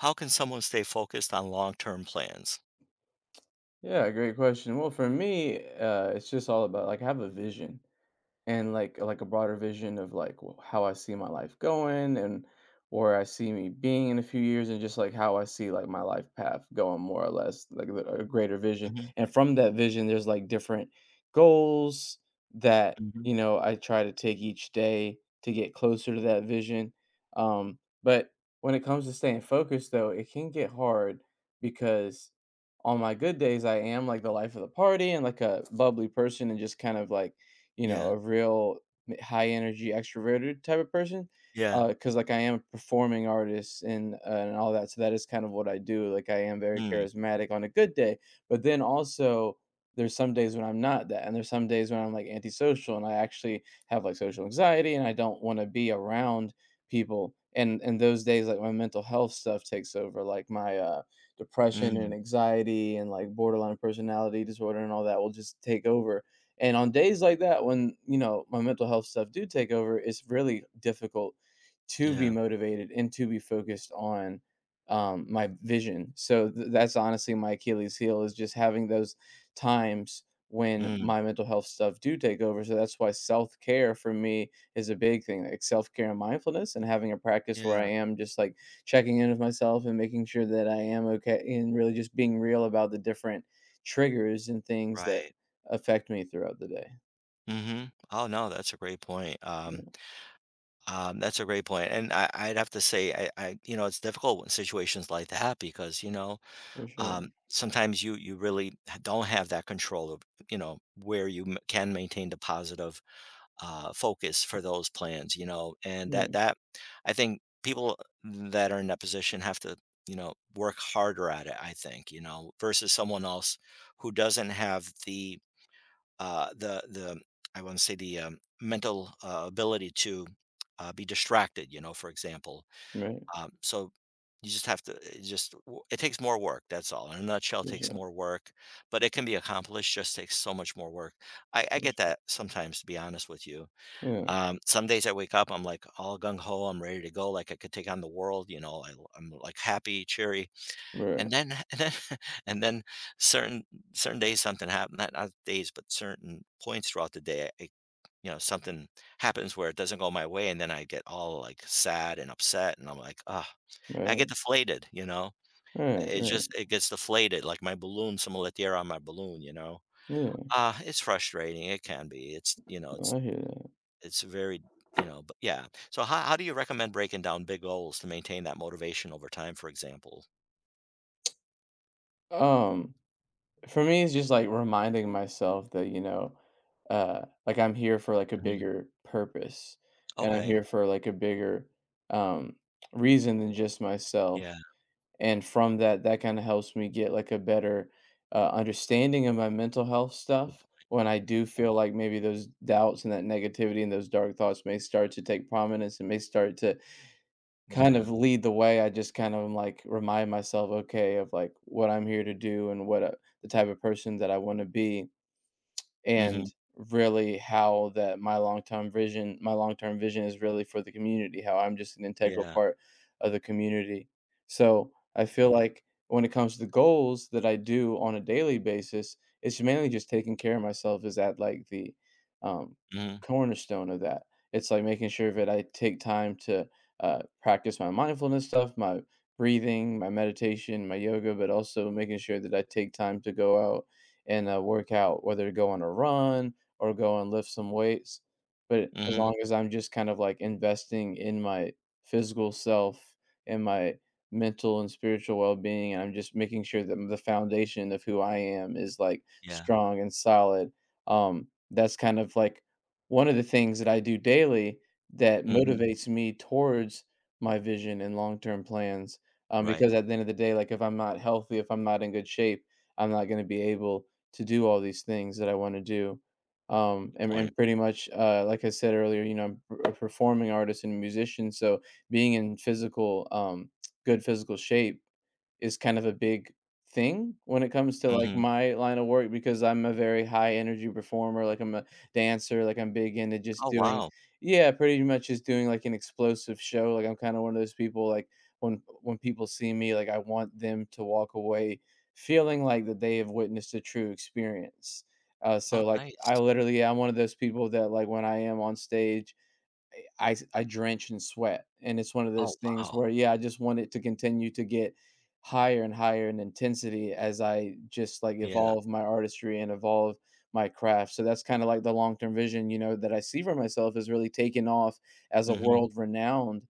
How can someone stay focused on long term plans? Yeah, great question. Well, for me, it's just all about like I have a vision, and like a broader vision of like how I see my life going and where I see me being in a few years and just like how I see like my life path going more or less like a greater vision, Mhm, and from that vision there's like different goals that mhm. you know I try to take each day to get closer to that vision. But when it comes to staying focused, though, it can get hard because on my good days I am like the life of the party and like a bubbly person and just kind of like, you know, Yeah, a real high energy extroverted type of person, yeah. because like I am a performing artist and all that. So that is kind of what I do. Like I am very Mm, charismatic on a good day, but then also there's some days when I'm not that, and there's some days when I'm like antisocial and I actually have like social anxiety and I don't want to be around people. And those days, like my mental health stuff takes over, like my depression mm, and anxiety and like borderline personality disorder and all that will just take over, and on days like that, when you know my mental health stuff do take over, it's really difficult to be yeah, motivated and to be focused on my vision. So that's honestly my Achilles heel, is just having those times when mm, my mental health stuff do take over. So that's why self care for me is a big thing, like self care and mindfulness, and having a practice where yeah, I am just like checking in with myself and making sure that I am okay, and really just being real about the different triggers and things that right. affect me throughout the day. Mhm. Oh, no, that's a great point. Yeah, That's a great point, and I'd have to say, it's difficult in situations like that because for sure. Sometimes you don't have that control of you know where you can maintain the positive focus for those plans, you know, and that Right, that I think people that are in that position have to you know work harder at it. I think you know versus someone else who doesn't have the I want to say the mental ability to be distracted. You know, for example, right, so you just have to it takes more work. That's all. In a nutshell, it for takes sure, more work, but it can be accomplished. Just takes so much more work. I for get sure. that sometimes. To be honest with you, Yeah, some days I wake up, I'm like all gung ho, I'm ready to go, like I could take on the world. You know, I, I'm like happy, cheery and right, then and then certain certain days something happens not days, but certain points throughout the day, I you know, something happens where it doesn't go my way, and then I get all, like, sad and upset, and I'm like, "Ah!" I get right, deflated, you know? right, It right. just it gets deflated, like my balloon, someone let the air on my balloon, you know? Yeah, It's frustrating, it can be, it's you know, it's no, I hear it's very you know, but yeah. So how do you recommend breaking down big goals to maintain that motivation over time, for example? that. For me, it's just like reminding myself that, you know, like I'm here for like a Mhm. bigger purpose, and I'm Okay. here for like a bigger um reason than just myself. Yeah, And from that kind of helps me get like a better understanding of my mental health good. stuff. When I do feel like maybe those doubts and that negativity and those dark thoughts may start to take prominence and may start to kind Yeah. of lead the way, I just kind of am like, remind myself okay of like what I'm here to do and what the type of person that I want to be, Mm. and Mhm. really how that my long-term vision is really for the community, how I'm just an integral Yeah. part of the community. So I feel Mm. like when it comes to the goals that I do on a daily basis, it's mainly just taking care of myself, is at, like, the, um, Mhm. cornerstone of that. It's like making sure that I take time to practice my mindfulness stuff, my breathing, my meditation, my yoga, but also making sure that I take time to go out and work out, whether to go on a run or go and lift some weights. But Mm. as Mhm. long as I'm just kind of like investing in my physical self and my mental and spiritual well being, and I'm just making sure that the foundation of who I am is like Yeah. strong and solid. That's kind of like one of the things that I do daily that Mm. Mhm. motivates me towards my vision and long term plans. Right. Because at the end of the day, like if I'm not healthy, if I'm not in good shape, I'm not going to be able to do all these things that I want to do. Um, Good and, point. and pretty much, like I said earlier, you know, I'm a performing artist and musician. So being in physical, good physical shape is kind of a big thing when it comes to like Mhm. my line of work, because I'm a very high energy performer. Like I'm a dancer, like I'm big into just Oh, doing, wow. yeah, pretty much just doing like an explosive show. Like I'm kind of one of those people, like when people see me, like I want them to walk away feeling like that they have witnessed a true experience. Uh, Oh, so like I nice. literally am one of those people that, like when I am on stage, I drench in sweat, and it's one of Oh, those things wow. where, yeah, I just want it to continue to get higher and higher in intensity as I just, like, Yeah. evolve my artistry and evolve my craft. So that's kinda like the long-term vision, you know, that I see for myself, is really taking off as Mm. a Mhm. world-renowned,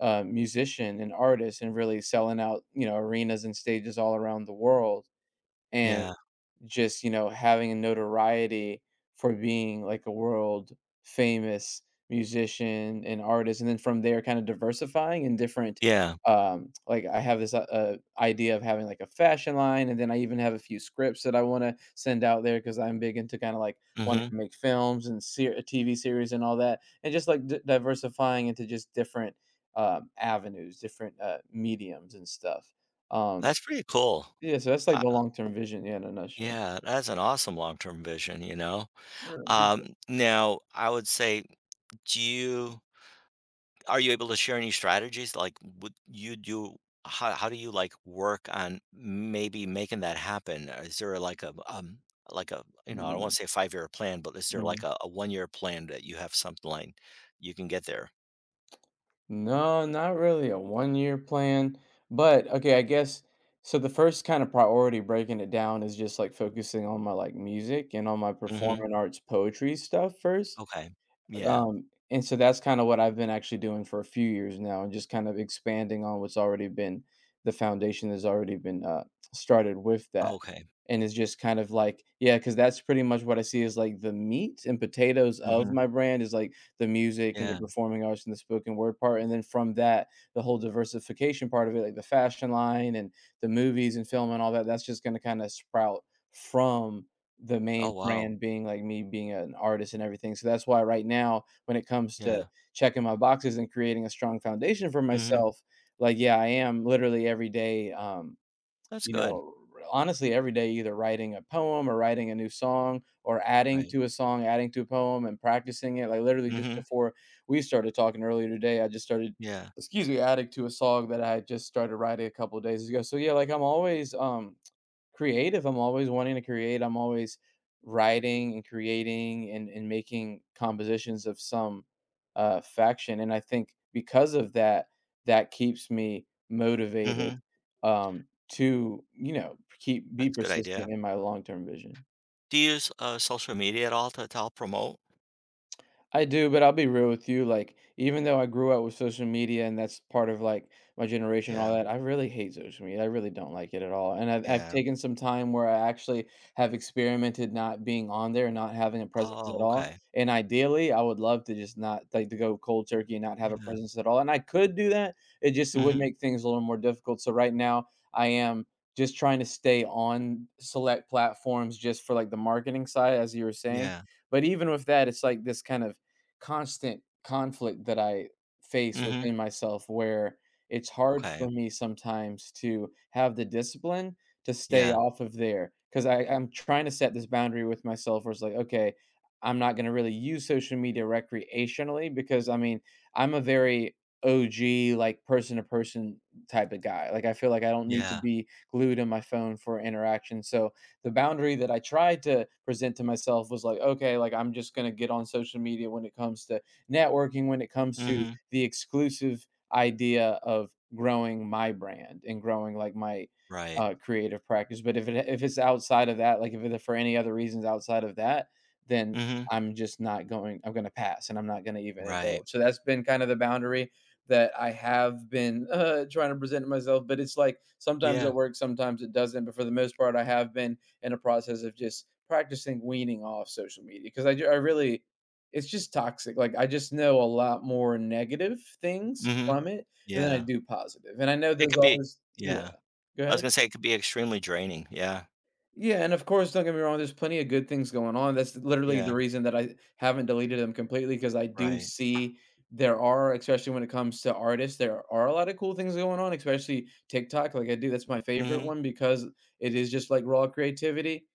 musician and artist, and really selling out, you know, arenas and stages all around the world, and Yeah. just you know having a notoriety for being like a world famous musician and artist, and then from there kind of diversifying in different, Yeah. Like I have this idea of having like a fashion line, and then I even have a few scripts that I want to send out there because I'm big into kind of like Mm. wanting Mhm. to make films and tv series and all that, and just like diversifying into just different, avenues, different mediums and stuff. um That's pretty cool. yeah, so that's like Uh, the long-term vision, yeah, in a nutshell. yeah, that's an awesome long-term vision, you know? Yeah, I appreciate. Now I would say, do you Are you able to share any strategies? Like, would you do how do you, like, work on maybe making that happen? Is there, like, like a you know, I don't wanna Mm, say five-year plan, but is there, like, mm. a one-year plan that you have something like you can get there? No, not really a one-year plan, but okay, I guess so the first kind of priority breaking it down is just like focusing on my like music and on my Mhm. performing arts poetry stuff first. Okay. Yeah. And so that's kind of what I've been actually doing for a few years now, and just kind of expanding on what's already been the foundation that's already been started with that. Okay. And it's just kind of like, yeah, because that's pretty much what I see is like the meat and potatoes of Mhm. my brand, is like the music and the Yeah. performing arts and the spoken word part. And then from that, the whole diversification part of it, like the fashion line and the movies and film and all that, that's just going to kind of sprout from the Oh, main wow. brand being, like, me being an artist and everything. So that's why right now, when it comes to Yeah. checking my boxes and creating a strong foundation for Mhm. myself, like, yeah, I am literally every day, That's you good. know, honestly, every day either writing a poem or writing a new song or adding Right. to a song, adding to a poem and practicing it. Like, literally just Mhm. before we started talking earlier today, I just started, Yeah. excuse me, adding to a song that I had just started writing a couple of days ago. So yeah, like, I'm always, creative. I'm always wanting to create, I'm always writing and creating and making compositions of some, faction, and I think because of that, that keeps me motivated, Mhm. um, to, you know, keep be That's a good persistent idea. in my long-term vision. Do you use, social media at all to help promote? I do, but I'll be real with you, like, even though I grew up with social media and that's part of, like, my generation and all Yeah. that, I really hate social media, I really don't like it at all, and I've Yeah. taken some time where I actually have experimented not being on there and not having a presence Oh, at all, okay. and ideally, I would love to just, not like, to go cold turkey and not have a Yeah. presence at all, and I could do that, it just would Mhm. make things a little more difficult. So right now, I am just trying to stay on select platforms just for, like, the marketing side, as you were saying, Yeah. but even with that, it's like this kind of constant conflict that I face Mhm. within myself, where it's hard Okay. for me sometimes to have the discipline to stay Yeah. off of there, because I'm trying to set this boundary with myself where it's like, okay, I'm not going to really use social media recreationally, because I mean, I'm a very OG, like person to person type of guy. Like, I feel like I don't need to Yeah. be glued to my phone for interaction. So the boundary that I tried to present to myself was like, okay, like I'm just going to get on social media when it comes to networking, when it comes to Mhm. the exclusive idea of growing my brand and growing like my Right. Creative practice. But if it's outside of that, like if it's for any other reasons outside of that, then Mhm. I'm just not going. I'm going to pass, and I'm not going to even Right. indulge. So that's been kind of the boundary that I have been trying to present to myself. But it's like sometimes Yeah. it works, sometimes it doesn't. But for the most part, I have been in a process of just practicing weaning off social media because I really it's just toxic. Like I just know a lot more negative things Mhm. from it than I Yeah. do positive. And I know It there's could be always yeah yeah. go I ahead was gonna say it could be extremely draining. Yeah. yeah, and of course, don't get me wrong, there's plenty of good things going on. That's literally Yeah. the reason that I haven't deleted them completely because I do Right. see there are, especially when it comes to artists, there are a lot of cool things going on, especially TikTok. Like I do, that's my favorite Mhm. one because it is just like raw creativity.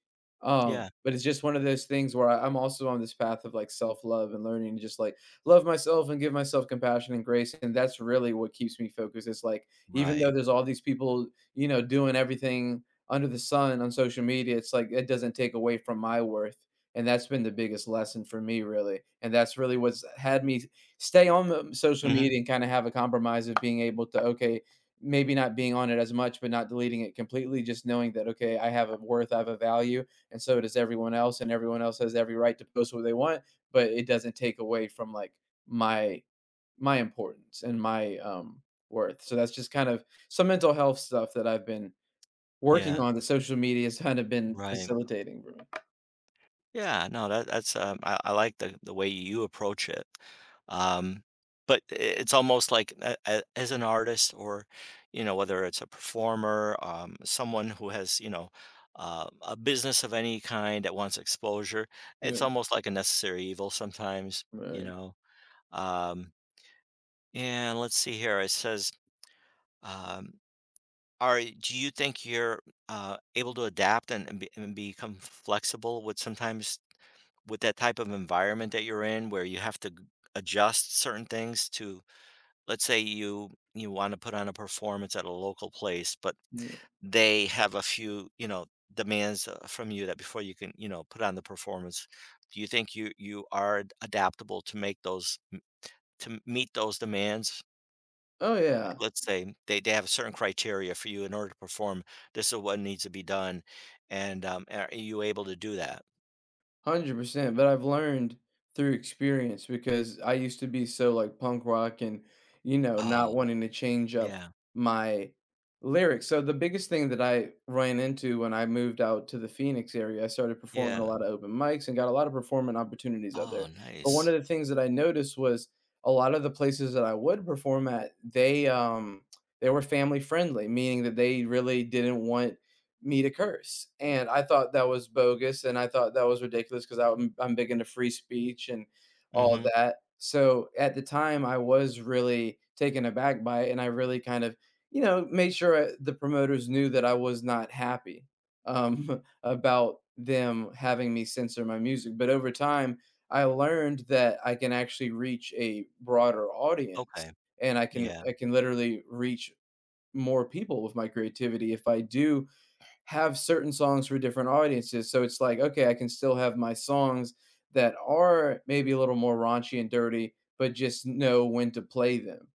Um, Yeah. but it's just one of those things where I'm also on this path of like self love and learning to just like love myself and give myself compassion and grace. And that's really what keeps me focused. It's like, even though Right. there's all these people, doing everything under the sun on social media, it's like it doesn't take away from my worth. And that's been the biggest lesson for me, really. And that's really what's had me stay on the social Mhm. media and kind of have a compromise of being able to, okay, maybe not being on it as much, but not deleting it completely, just knowing that, okay, I have a worth, I have a value, and so does everyone else. And everyone else has every right to post what they want, but it doesn't take away from like my my importance and my worth. So that's just kind of some mental health stuff that I've been working Yeah. on. The social medias kind of been Right. facilitating for me. Yeah, no, that that's, I like the way you approach it. Um, but I it's almost like a as an artist or, you know, whether it's a performer, someone who has, you know, a business of any kind that wants exposure, Yeah, it's almost like a necessary evil sometimes, you right, know? Um, and let's see here, it says, um, are do you think you're, able to adapt and be and become flexible with sometimes with that type of environment that you're in where you have to adjust certain things to let's say you want to put on a performance at a local place but yeah. they have a few you know demands from you that before you can you know put on the performance do you think you are adaptable to make to meet those demands. Oh, Like, yeah. let's say they have certain criteria for you in order to perform this is what needs to be done and are you able to do that. 100%, but I've learned through experience because I used to be so, like, punk rock and, you know, not Oh wanting to change up yeah, my lyrics. So the biggest thing that I ran into when I moved out to the Phoenix area, I started performing a yeah. lot of open mics and got a lot of performing opportunities out Oh, there. But one nice. of the things that I noticed was a lot of the places that I would perform at, they were family friendly, meaning that they really didn't want me to curse. And I thought that was bogus and I thought that was ridiculous because I'm big into free speech and all of Mhm. that. So at the time, I was really taken aback by it and I really kind of, you know, made sure the promoters knew that I was not happy about them having me censor my music. But over time, I learned that I can actually reach a broader audience Okay. and I can Yeah. I can literally reach more people with my creativity if I do have certain songs for different audiences. So it's like, okay, I can still have my songs that are maybe a little more raunchy and dirty, but just know when to play them.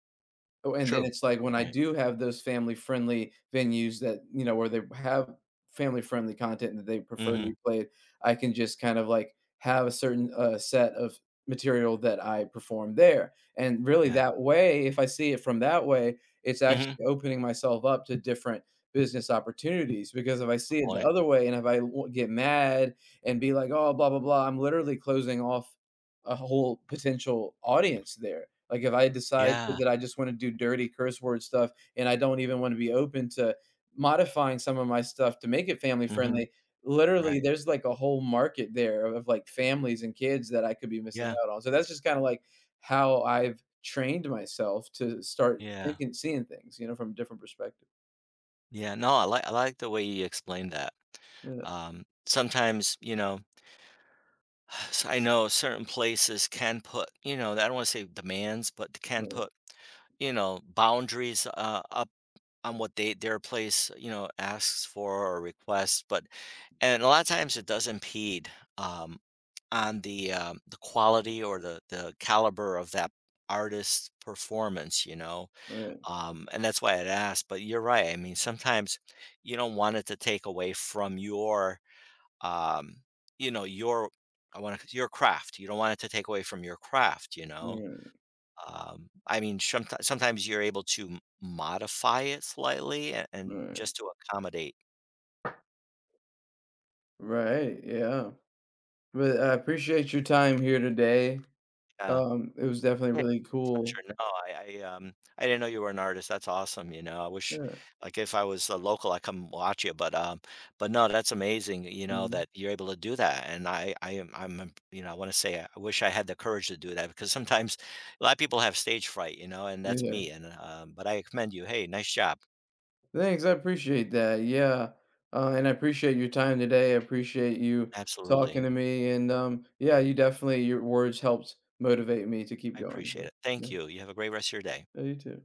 Oh, and then True. it's like Good when I point. do have those family-friendly venues that, you know, where they have family-friendly content that they prefer to Mhm. be played, I can just kind of, like, have a certain, set of material that I perform there, and really Yeah. that way, if I see it from that way, it's Mhm. actually opening myself up to different business opportunities, because if I see Good it the point. other way, and if I w get mad and be like, "Oh, blah, blah, blah," I'm literally closing off a whole potential audience there, like, if I decide Yeah. that I just wanna do dirty curse word stuff and I don't even wanna be open to modifying some of my stuff to make it family Mhm. friendly, literally, Right. there's, like, a whole market there of, like, families and kids that I could be missing Yeah. out on. So that's just kinda, like, how I've trained myself to start Yeah. thinking seeing things, you know, from a different perspective. Yeah. No, I like the way you explained that. Yeah. Sometimes, you know, s I know certain places can put, you know, I don't wanna say demands, but they can Right, put, you know, boundaries, up on what they their place, you know, asks for or requests, but and a lot of times it does impede, um, on the quality or the caliber of that artist's performance, you know? right, And that's why I'd ask. But you're right. I mean, sometimes you don't want it to take away from your, um, you know, your I wanna your craft. You don't want it to take away from your craft, you know? right, I mean, sometimes you're able to m modify it slightly a and right. just to accommodate. Right, yeah. But I appreciate your time here today. Yeah. It was definitely Yeah, really it's a cool. pleasure. No, I I didn't know you were an artist, that's awesome, you know, I wish Yeah, like, if I was, a local, I come watch you, but no, that's amazing, you know, mhm. that you're able to do that, and I am I'm imp you know, I wanna say, I wish I had the courage to do that because sometimes a lot of people have stage fright, you know, and that's Yeah. me, and, but I commend you. Hey, nice job. Thanks, I appreciate that. Yeah, and I appreciate your time today. I appreciate you talking Absolutely. to me, and yeah, you definitely your words helped motivate me to keep I going. appreciate So it. yeah, Thank you. You have a great rest of your day. yeah you too.